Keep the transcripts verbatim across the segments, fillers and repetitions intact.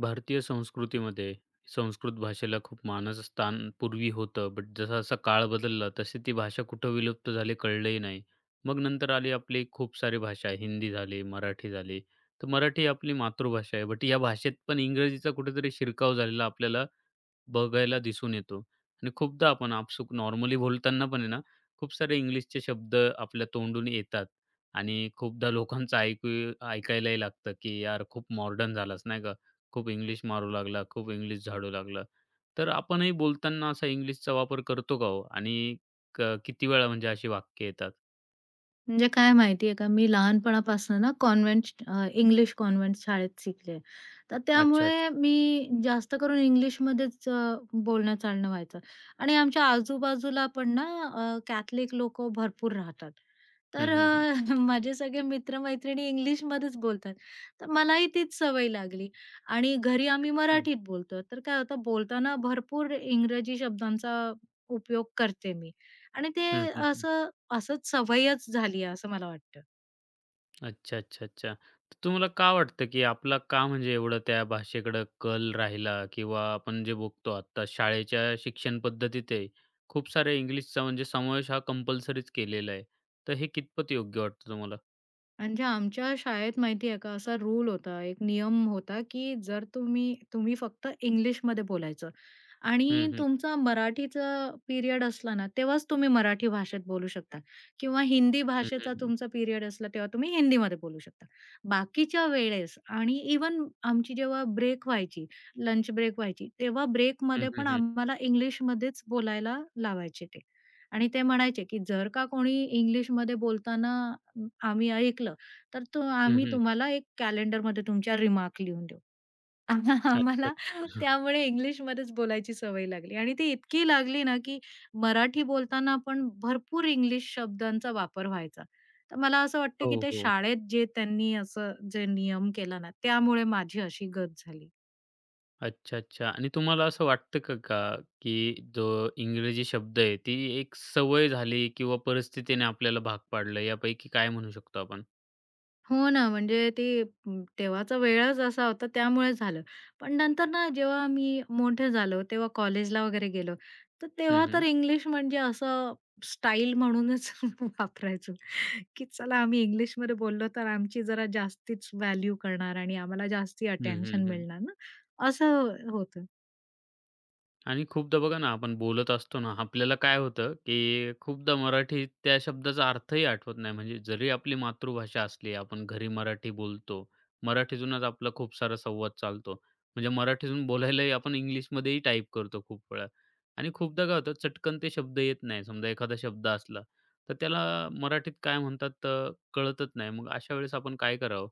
भारतीय संस्कृतीमध्ये संस्कृत भाषेला खूप मानाचं स्थान पूर्वी होतं. बट जसा-जसा काळ बदलला, तशी ती भाषा कुठं विलुप्त झाली कळलंही नाही. मग नंतर आली आपली खूप सारी भाषा हिंदी झाली, मराठी झाली. तर मराठी आपली मातृभाषा आहे. बट या भाषेत पण इंग्रजीचा कुठेतरी शिरकाव झालेला आपल्याला बघायला दिसून येतो आणि खूपदा आपण आपसूक नॉर्मली बोलताना पण आहे ना, खूप सारे इंग्लिशचे शब्द आपल्या तोंडून येतात आणि खूपदा लोकांचं ऐकू ऐकायलाही लागतं, की यार खूप मॉडर्न झालास नाही का? खूप इंग्लिश मारू लागला, खूप इंग्लिश झाडू लागला. तर आपणही बोलताना असा इंग्लिशचा वापर करतो का हो? आणि क किती वेळा म्हणजे अशी वाक्य येतात? म्हणजे काय माहिती का, मी लहानपणापासून ना कॉन्व्हेंट अ, इंग्लिश कॉन्व्हेंट शाळेत शिकले. तर अच्छा, अच्छा. त्यामुळे मी जास्त करून इंग्लिशमध्येच अ, बोलणं-चालणं व्हायचं आणि आमच्या आजूबाजूला पण ना अ, कॅथलिक लोकं भरपूर राहतात. हं, तर हं, हं. अ, माझे सगळे मित्र-मैत्रिणी इंग्लिशमध्येच बोलतात. तर मलाही तीच सवय लागली आणि घरी आम्ही अच्छा. मराठीत बोलतो. तर काय होतं बोलताना भरपूर इंग्रजी शब्दांचा उपयोग करते मी आणि ते हं, हं, हं. असं असंच सवयच झाली आहे असं मला वाटतं. अच्छा, अच्छा, अच्छा. तर तुम्हाला का वाटतं, की आपला का म्हणजे एवढं त्या भाषेकडं कल राहिला किंवा आपण जे बघतो आत्ता शाळेच्या शिक्षण पद्धतीत आहे, खूप सारे इंग्लिशचा म्हणजे समावेश हा कंपल्सरीच केलेला आहे. तर हे कितपत योग्य वाटतं तुम्हाला? म्हणजे आमच्या शाळेत माहिती आहे का असा रूल होता, एक नियम होता, की जर तुम्ही तुम्ही फक्त इंग्लिशमध्ये बोलायचं आणि हं, हं. तुमचा मराठीचा पिरियड असला ना, तेव्हाच तुम्ही मराठी भाषेत बोलू शकता किंवा हिंदी हं, हं, भाषेचा हं. तुमचा पिरियड असला, तेव्हा तुम्ही हिंदीमध्ये बोलू शकता. बाकीच्या वेळेस आणि इव्हन आमची जेव्हा ब्रेक व्हायची, लंच ब्रेक व्हायची, तेव्हा हं, ब्रेकमध्ये हं, पण हं. आम्हाला इंग्लिशमध्येच बोलायला लावायचे ते. आणि ते म्हणायचे, की जर का कोणी इंग्लिशमध्ये बोलताना अं, आम्ही ऐकलं, तर तो आम्ही हं, तुम्हाला एक कॅलेंडरमध्ये तुमच्या रिमार्क लिहून देऊ. अच्छा, आम्हाला अच्छा. त्यामुळे इंग्लिशमध्येच बोलायची सवय लागली आणि ती इतकी लागली ना, की मराठी बोलताना पण भरपूर इंग्लिश शब्दांचा वापर व्हायचा. तर मला असं वाटतं, हो, की ते हो. शाळेत जे त्यांनी असं जे नियम केला ना, त्यामुळे माझी अशी गत झाली. अच्छा, अच्छा. आणि तुम्हाला असं वाटतं का का, की जो इंग्रजी शब्द आहे, ती एक सवय झाली किंवा परिस्थितीने आपल्याला भाग पाडलं यापैकी काय म्हणू शकतो आपण? हो ना, म्हणजे ते म, तेव्हाचा वेळच असा होता त्यामुळे झालं. पण नंतर ना जेव्हा मी मोठे झालो, तेव्हा कॉलेजला वगैरे गेलो, तर हं, तेव्हा हं. तर इंग्लिश म्हणजे असं स्टाईल म्हणूनच वापरायचो, की चला आम्ही इंग्लिशमध्ये बोललो तर आमची जरा जास्तीच व्हॅल्यू करणार आणि आम्हाला जास्ती हं, हं, अटेन्शन हं. मिळणार ना, असं होतं. आणि खूपदा बघा ना, आपण बोलत असतो ना, आपल्याला काय होतं, की खूपदा मराठी त्या शब्दाचा अर्थही आठवत नाही. म्हणजे जरी आपली मातृभाषा असली, आपण घरी मराठी बोलतो. मराठीतूनच आपला खूप सारा संवाद चालतो. म्हणजे मराठीतून बोलायलाही आपण इंग्लिशमध्येही टाईप करतो खूप वेळा. आणि खूपदा काय होतं, चटकन ते शब्द येत नाही. समजा एखादा शब्द असला, तर त्याला मराठीत काय म्हणतात तर कळतच नाही. मग अशा वेळेस आपण काय करावं?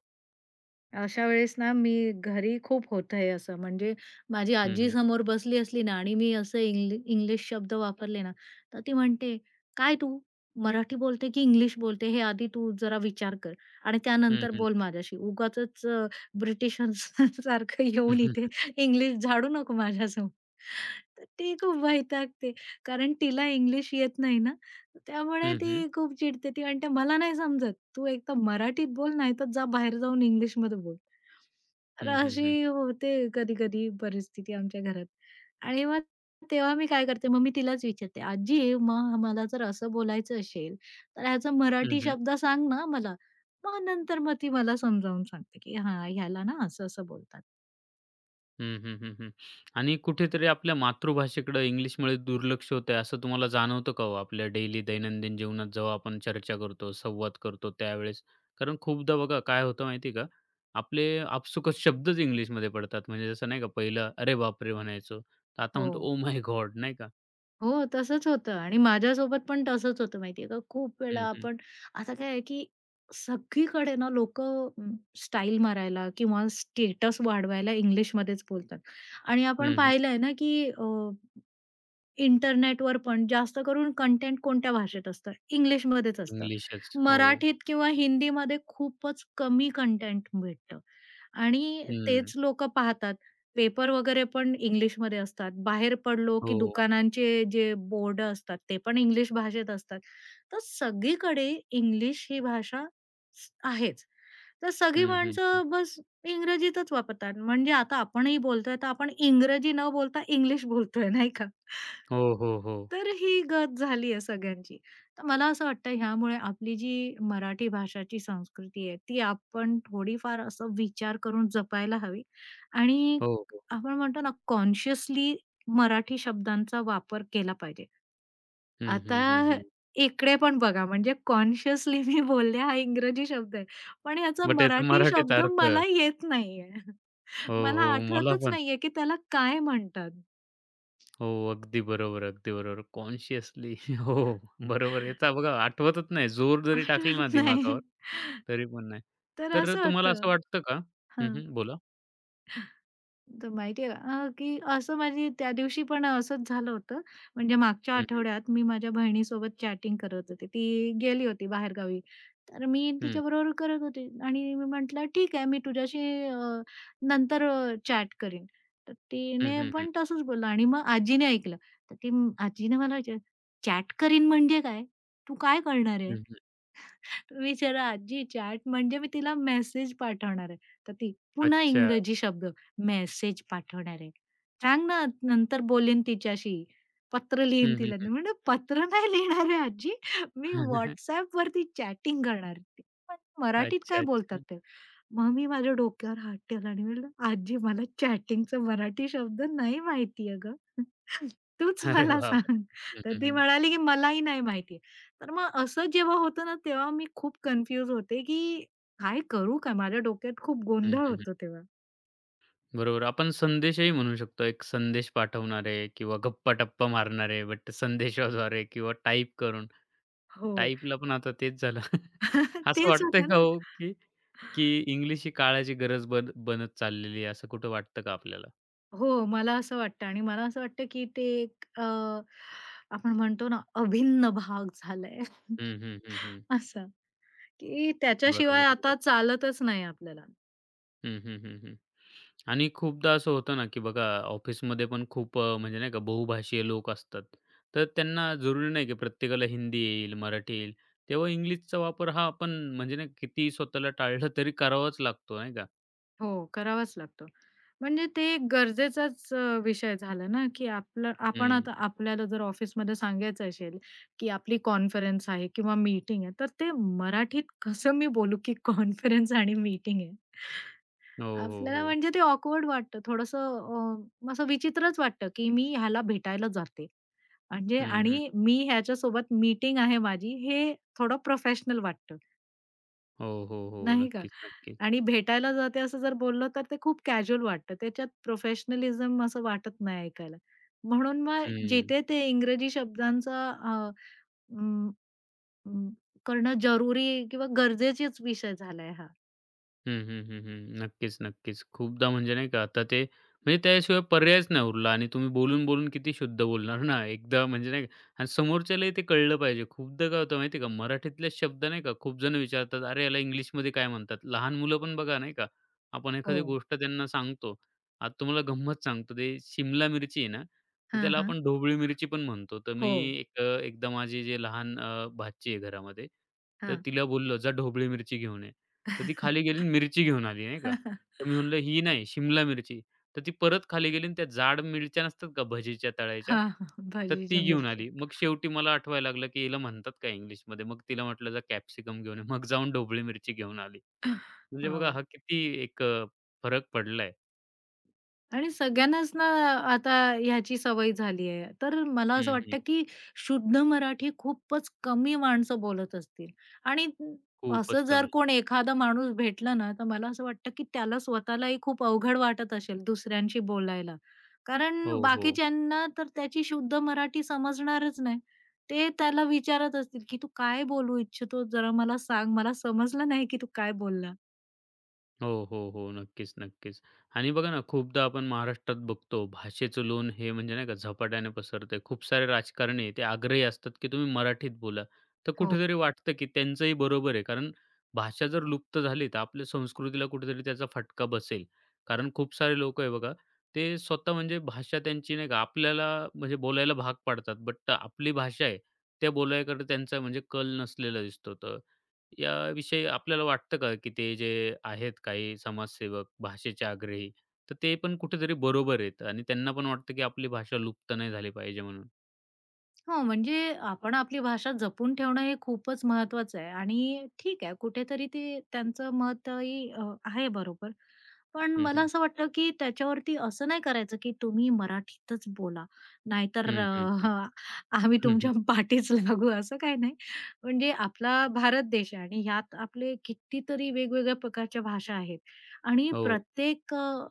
अशा वेळेस ना, मी घरी खूप होतं हे असं. म्हणजे माझी हं, आजी हं. समोर बसली असली ना आणि मी असं इंग्लि इंग्लिश शब्द वापरले ना, तर ती म्हणते, "काय तू मराठी बोलते की इंग्लिश बोलते? हे आधी तू जरा विचार कर आणि हं, त्यानंतर हं. बोल माझ्याशी. उगाचच अ, ब्रिटिशांसारखं येऊन इथे इंग्लिश झाडू नको माझ्यासमोर." तर ती खूप वैतागते. कारण तिला इंग्लिश येत नाही ना. त्यामुळे हं, हं. ती खूप चिडते ती म्हणते, "मला नाही समजत. तू एक तर मराठीत बोल, नाहीतर जा बाहेर जाऊन इंग्लिशमध्ये बोल." तर हं, हं. हं, अशी हं, होते कधी-कधी परिस्थिती आमच्या घरात. आणि मग तेव्हा मी काय करते, मग मी तिलाच विचारते, "आजी, मग मला जर असं बोलायचं असेल, तर ह्याचा मराठी शब्द सांग ना मला." मग नंतर मग ती मला समजावून सांगते, की "हां, ह्याला ना असं-असं बोलतात." हं, हं, हं, हं. आणि कुठेतरी आपल्या मातृभाषेकडं इंग्लिशमुळे दुर्लक्ष होतंय असं तुम्हाला जाणवतं का हो आपल्या डेली दैनंदिन जीवनात जेव्हा आपण चर्चा करतो, संवाद करतो त्यावेळेस? कारण खूपदा बघा काय होतं माहिती आहे का, आपले आपसुकच शब्दच इंग्लिशमध्ये पडतात. म्हणजे जसं नाही का पहिलं "अरे बापरे!" म्हणायचो. तर आता हो. म्हणतो "ओह माय गॉड!" नाही का? हो, तसंच होतं आणि माझ्यासोबत पण तसंच होतं माहितीये का, खूप वेळा हं, हं. आपण आता काय आहे, की सगळीकडे ना लोकं अ, स्टाईल मारायला किंवा स्टेटस वाढवायला इंग्लिशमध्येच बोलतात आणि आपण हं, हं. पाहिलंय ना, की इंटरनेटवर पण जास्त करून कंटेंट कोणत्या भाषेत असतं? इंग्लिशमध्येच असतं. इंग्लिशच. हो. मराठीत किंवा हिंदीमध्ये खूपच कमी कंटेंट भेटतं आणि हं. तेच लोकं पाहतात. पेपर वगैरे पण इंग्लिशमध्ये असतात. बाहेर पडलो की हो. दुकानांचे जे बोर्ड असतात, ते पण इंग्लिश भाषेत असतात. तर सगळीकडे इंग्लिश ही भाषा स आहेच. तर सगळी हं, हं, हं. माणसं बस इंग्रजीतच वापरतात. म्हणजे आता आपणही बोलतोय, तर आपण इंग्रजी न बोलता इंग्लिश बोलतोय, नाही का? हो, हो, हो. तर ही गत झाली आहे सगळ्यांची. तर मला असं वाटतं ह्यामुळे आपली जी मराठी भाषाची संस्कृती आहे, ती आपण थोडीफार असं विचार करून जपायला हवी आणि हो, हो. आपण म्हणतो ना कॉन्शियसली मराठी शब्दांचा वापर केला पाहिजे. हं, आता हं, हं, हं. इकडे पण बघा म्हणजे कॉन्शियसली मी बोलले हा इंग्रजी शब्द आहे, पण ह्याचा बट याचा मराठी मराठीत शब्द अर्थ मला येत नाहीये. हो, मला हो. मला आठवतच पण. नाहीये की त्याला काय म्हणतात? हो, अगदी बरोबर, अगदी बरोबर. कॉन्शियसली हो, बरोबर. याचा बघा आठवतच नाही. जोर जरी टाकला ना आठवत नाही. दिमागावर, तरी पण नाही. तर तर असं तुम्हाला होतं. असं वाटतं का हं, हां. हं. बोला. तर माहिती आहे अ, की असं माझी त्या दिवशी पण असंच झालं होतं. म्हणजे मागच्या हं, हं. आठवड्यात मी माझ्या बहिणीसोबत चॅटिंग करत होते. ती गेली होती बाहेरगावी. तर मी हं. तिच्याबरोबर करत होते आणि मी म्हटलं, "ठीक आहे, मी तुझ्याशी अ, नंतर अ, चॅट करीन." तर हं, तिने हं, हं. पण तसंच बोललं आणि मग आजीने ऐकलं. तर ती आजीने मला विचारलं, "चॅट करीन म्हणजे काय? तू काय करणार आहे?" हं, हं. विचारा आजी चॅट म्हणजे मी तिला मेसेज पाठवणार आहे. तर ती पुन्हा अच्छा. इंग्रजी शब्द मेसेज पाठवणार आहे. सांग ना नंतर बोलेन तिच्याशी. पत्र लिहीन हं, हं, तिला. हं. मी म्हणलं पत्र नाही लिहिणार आहे आजी. मी WhatsAppवरती चॅटिंग करणार. ते पण मराठीत अच्छा, काय बोलतात अच्छा. ते. मग मी माझ्या डोक्यावर हात ठेवला आणि म्हणलं, "आजी मला चॅटिंगचा मराठी शब्द नाही माहिती आहे तूच अरे मला बापरे! सांग." तर ती म्हणाली, की "मलाही नाही माहिती." तर मग असं जेव्हा होतं ना, तेव्हा मी खूप कन्फ्यूज होते, की काय करू काय? माझ्या डोक्यात खूप गोंधळ होतो तेव्हा. बरोबर. आपण संदेशही म्हणू शकतो. एक संदेश पाठवणारे किंवा गप्पा-टप्पा मारणारे, बट संदेशाद्वारे किंवा टाइप करून. हो, टाइपला पण आता तेच झालं. असं तेच वाटतंय होतं का ना. हो, की की इंग्लिश ही काळाची गरज बन बनत चाललेली आहे, असं कुठं वाटतं का आपल्याला? हो, मला असं वाटतं आणि मला असं वाटतं, की ते एक अ, आपण म्हणतो ना, अभिन्न भाग झालाय हं, हं, हं, हं. असा, की त्याच्याशिवाय बरोबर, आता बरोबर. चालतच नाही आपल्याला. हं, हं, हं, हं. आणि खूपदा असं होतं ना, की बघा ऑफिसमध्ये पण खूप अ, म्हणजे नाही का बहुभाषीय लोक असतात. तर त्यांना जरुरी नाही, की प्रत्येकाला हिंदी येईल, मराठी येईल. तेव्हा इंग्लिशचा वापर हा आपण म्हणजे ना कितीही स्वतःला टाळलं तरी करावाच लागतो नाही का? हो, करावाच लागतो. म्हणजे ते एक गरजेचाच अ, विषय झाला ना, की आपलं आपण हं. आता आपल्याला जर ऑफिसमध्ये सांगायचं असेल, की आपली कॉन्फरन्स आहे किंवा मीटिंग आहे, तर ते मराठीत कसं मी बोलू, की कॉन्फरन्स आणि मीटिंग आहे. हो, हो, आपल्याला हो. म्हणजे ते ऑकवर्ड वाटतं. थोडंसं अ, असं विचित्रच वाटतं, की मी ह्याला भेटायला जाते. म्हणजे हं, हं. आणि मी ह्याच्यासोबत मीटिंग आहे माझी, हे थोडं प्रोफेशनल वाटतं, हो, हो, हो. नाही का? नक्कीच, नक्कीच. आणि भेटायला जाते असं जर बोललो तर ते खूप कॅज्युअल वाटतं. त्याच्यात प्रोफेशनलिझम असं वाटत नाही ऐकायला. म्हणून मग हं. जिथे ते इंग्रजी शब्दांचा अ, अं, अं, करणं जरुरी किंवा गरजेचाच विषय झालाय हा. हं, हं, हं, हं. नक्कीच, नक्कीच. खूपदा म्हणजे नाही का आता ते म्हणजे त्याशिवाय पर्यायच नाही उरला आणि तुम्ही बोलून-बोलून किती शुद्ध बोलणार ना. एकदा म्हणजे नाही का आणि समोरच्यालाही ते कळलं पाहिजे. खूपदा काय होतं माहिती आहे का, मराठीतले शब्द नाही का खूप जण विचारतात, "अरे याला इंग्लिशमध्ये काय म्हणतात?" लहान मुलं पण बघा नाही का, आपण हो. एखादी गोष्ट त्यांना सांगतो. आता तुम्हाला गंमत सांगतो, ते शिमला मिरची आहे ना, तर हां, त्याला हां. आपण ढोबळी मिरची पण म्हणतो. तर मी हो. एक अ, एकदा माझी जे लहान अ, भाची आहे घरामध्ये, तर हां. तिला बोललो, "जा ढोबळी मिरची घेऊन ये." तर ती खाली गेली आणि मिरची घेऊन आली नाही का. तर मी म्हणलं ही नाही शिमला मिरची. तर ती परत खाली गेली आणि त्या जाड मिरच्या नसतात का भजीच्या तळायच्या, हां, हां. तर ती भाजीच्या घेऊन मिरच्या. आली. मग शेवटी मला आठवायला लागलं, की हिला म्हणतात काय इंग्लिशमध्ये? मग तिला म्हटलं जा कॅप्सिकम घेऊन ये. मग जाऊन ढोबळी मिरची घेऊन आली. म्हणजे बघा हो. हा किती एक अ, फरक पडलाय. आणि सगळ्यांनाच ना आता ह्याची सवय झाली आहे. तर मला असं हं, हं. वाटतं, की शुद्ध मराठी खूपच कमी माणसं बोलत असतील आणि खूपच असं जर कमी. कोण एखादा माणूस भेटला ना, तर मला असं वाटतं, की त्याला स्वतःलाही खूप अवघड वाटत असेल दुसऱ्यांशी बोलायला. कारण हो, हो. बाकीच्यांना तर त्याची शुद्ध मराठी समजणारच नाही. ते त्याला विचारत असतील, की "तू काय बोलू इच्छितो? जरा मला सांग. मला समजलं नाही, की तू काय बोलला?" हो, हो, हो. नक्कीच, नक्कीच. आणि बघा ना, खूपदा आपण महाराष्ट्रात बघतो भाषेचं लोण हे म्हणजे नाही का झपाट्याने पसरतंय. खूप सारे राजकारणी ते आग्रही असतात, की तुम्ही मराठीत बोला. तर हो. कुठेतरी वाटतं, की त्यांचंही बरोबर आहे. कारण भाषा जर लुप्त झाली, तर आपल्या संस्कृतीला कुठेतरी त्याचा फटका बसेल. कारण खूप सारे लोकं आहे बघा, ते स्वतः म्हणजे भाषा त्यांची नाही का आपल्याला म्हणजे बोलायला भाग पाडतात. बट आपली भाषा आहे, त्या बोलायकडे त्यांचा म्हणजे कल नसलेला दिसतो. तर याविषयी आपल्याला वाटतं का, की ते जे आहेत काही समाजसेवक, भाषेचे आग्रही, तर ते पण कुठेतरी बरोबर आहेत आणि त्यांना पण वाटतं, की आपली भाषा लुप्त नाही झाली पाहिजे म्हणून. हो, म्हणजे आपण आपली भाषा जपून ठेवणं हे खूपच महत्वाचं आहे आणि ठीक आहे, कुठेतरी ते त्यांचं मतही अ, आहे बरोबर. पण हं, मला हं. असं वाटतं, की त्याच्यावरती असं नाही करायचं, की तुम्ही मराठीतच बोला, नाहीतर हं, हं, हं. अ, आम्ही हं, तुमच्या पाठीच लागू असं काही नाही. म्हणजे आपला भारत देश आहे आणि ह्यात आपले कितीतरी वेगवेगळ्या प्रकारच्या भाषा आहेत आणि हो. प्रत्येक अ,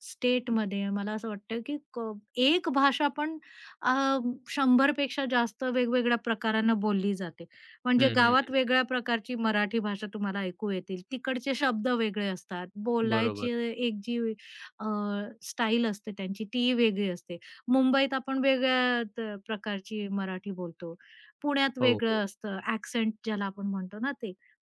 स्टेटमध्ये मला असं वाटतं, की क एक भाषा पण अ, शंभर पेक्षा जास्त वेगवेगळ्या प्रकारांना बोलली जाते. म्हणजे हं, हं, गावात हं. वेगळ्या प्रकारची मराठी भाषा तुम्हाला ऐकू येतील. तिकडचे शब्द वेगळे असतात. बरोबर. बोलायची एक जी अ, स्टाईल असते त्यांची ती वेगळी असते. मुंबईत आपण वेगळ्या त प्रकारची मराठी बोलतो. पुण्यात हो, हो. वेगळं असतं, ॲक्सेंट ज्याला आपण म्हणतो ना ते.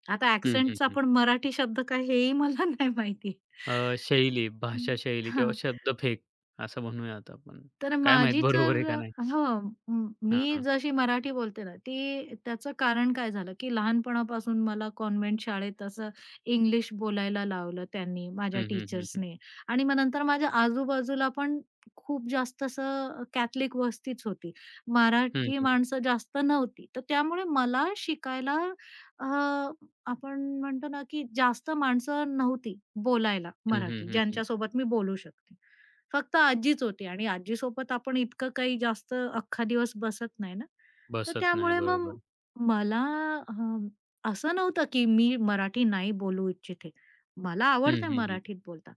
आता हं, हं, ॲक्सेंटचा हं. पण मराठी शब्द काय हेही मला नाही माहिती. अ, शैली, भाषा हं. शैली किंवा शब्दफेक असं म्हणूयात आपण. तर काय माहीत माझी बरोबर आहे तर का नाही? अ, म मी हां, हां. जशी मराठी बोलते ना, ती त्याचं कारण काय झालं, की लहानपणापासून मला कॉन्व्हेंट शाळेत असं इंग्लिश बोलायला लावलं त्यांनी, माझ्या हं, हं, हं, हं. टीचर्सनी आणि मग नंतर माझ्या आजूबाजूला पण खूप जास्त असं कॅथलिक वस्तीच होती. हं, मराठी हं. माणसं जास्त नव्हती. तर त्यामुळे मला शिकायला अ, आपण म्हणतो ना, की जास्त माणसं नव्हती बोलायला हं, मराठी, हं, हं, ज्यांच्यासोबत मी बोलू शकते. फक्त आजीच होती आणि आजीसोबत आपण इतकं काही जास्त अख्खा दिवस बसत नाही ना, तर बसत नाही. त्यामुळे मग बरोबर. मला अ, असं नव्हतं की मी मराठी नाही बोलू इच्छिते. मला हं, आवडते हं, मराठीत बोलता.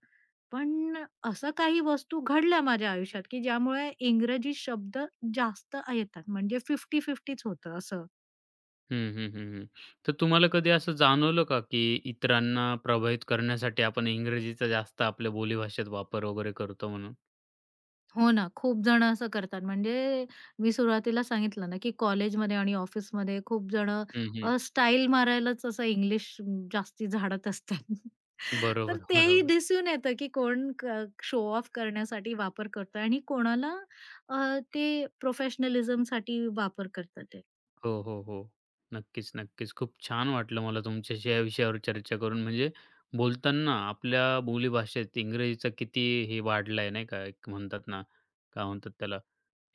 पण असं काही वस्तू घडल्या माझ्या आयुष्यात, की ज्यामुळे इंग्रजी शब्द जास्त येतात. म्हणजे पन्नास पन्नास-50च होतं असं. हं, हं, हं, हं. तर तुम्हाला कधी असं जाणवलं का, की इतरांना प्रभावित करण्यासाठी आपण इंग्रजीचा जास्त आपल्या बोलीभाषेत वापर वगैरे करतो म्हणून? हो ना, खूप जण असं करतात. म्हणजे मी सुरुवातीला सांगितलं ना, की कॉलेजमध्ये आणि ऑफिसमध्ये खूप जण हं, हं. अ, स्टाईल मारायलाच असं इंग्लिश जास्ती झाडत असतात. तर बरोबर, तेही बरोबर. दिसून येतं, की कोण क शो ऑफ करण्यासाठी वापर करतोय आणि कोणाला अ, ते प्रोफेशनलिझमसाठी वापर करतात ते. हो, हो, हो. नक्कीच, नक्कीच. खूप छान वाटलं मला तुमच्याशी या विषयावर चर्चा करून. म्हणजे बोलताना आपल्या बोलीभाषेत इंग्रजीचा किती हे वाढलाय नाही का, एक म्हणतात ना, काय म्हणतात त्याला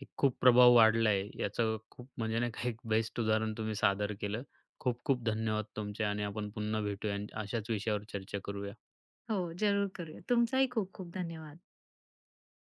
एक खूप प्रभाव वाढलाय. याचं खूप म्हणजे नाही का एक बेस्ट उदाहरण तुम्ही सादर केलं. खूप खूप धन्यवाद तुमचे आणि आपण पुन्हा भेटूया आणि अशाच विषयावर चर्चा करूया. हो, जरूर करूया. तुमचाही खूप खूप धन्यवाद.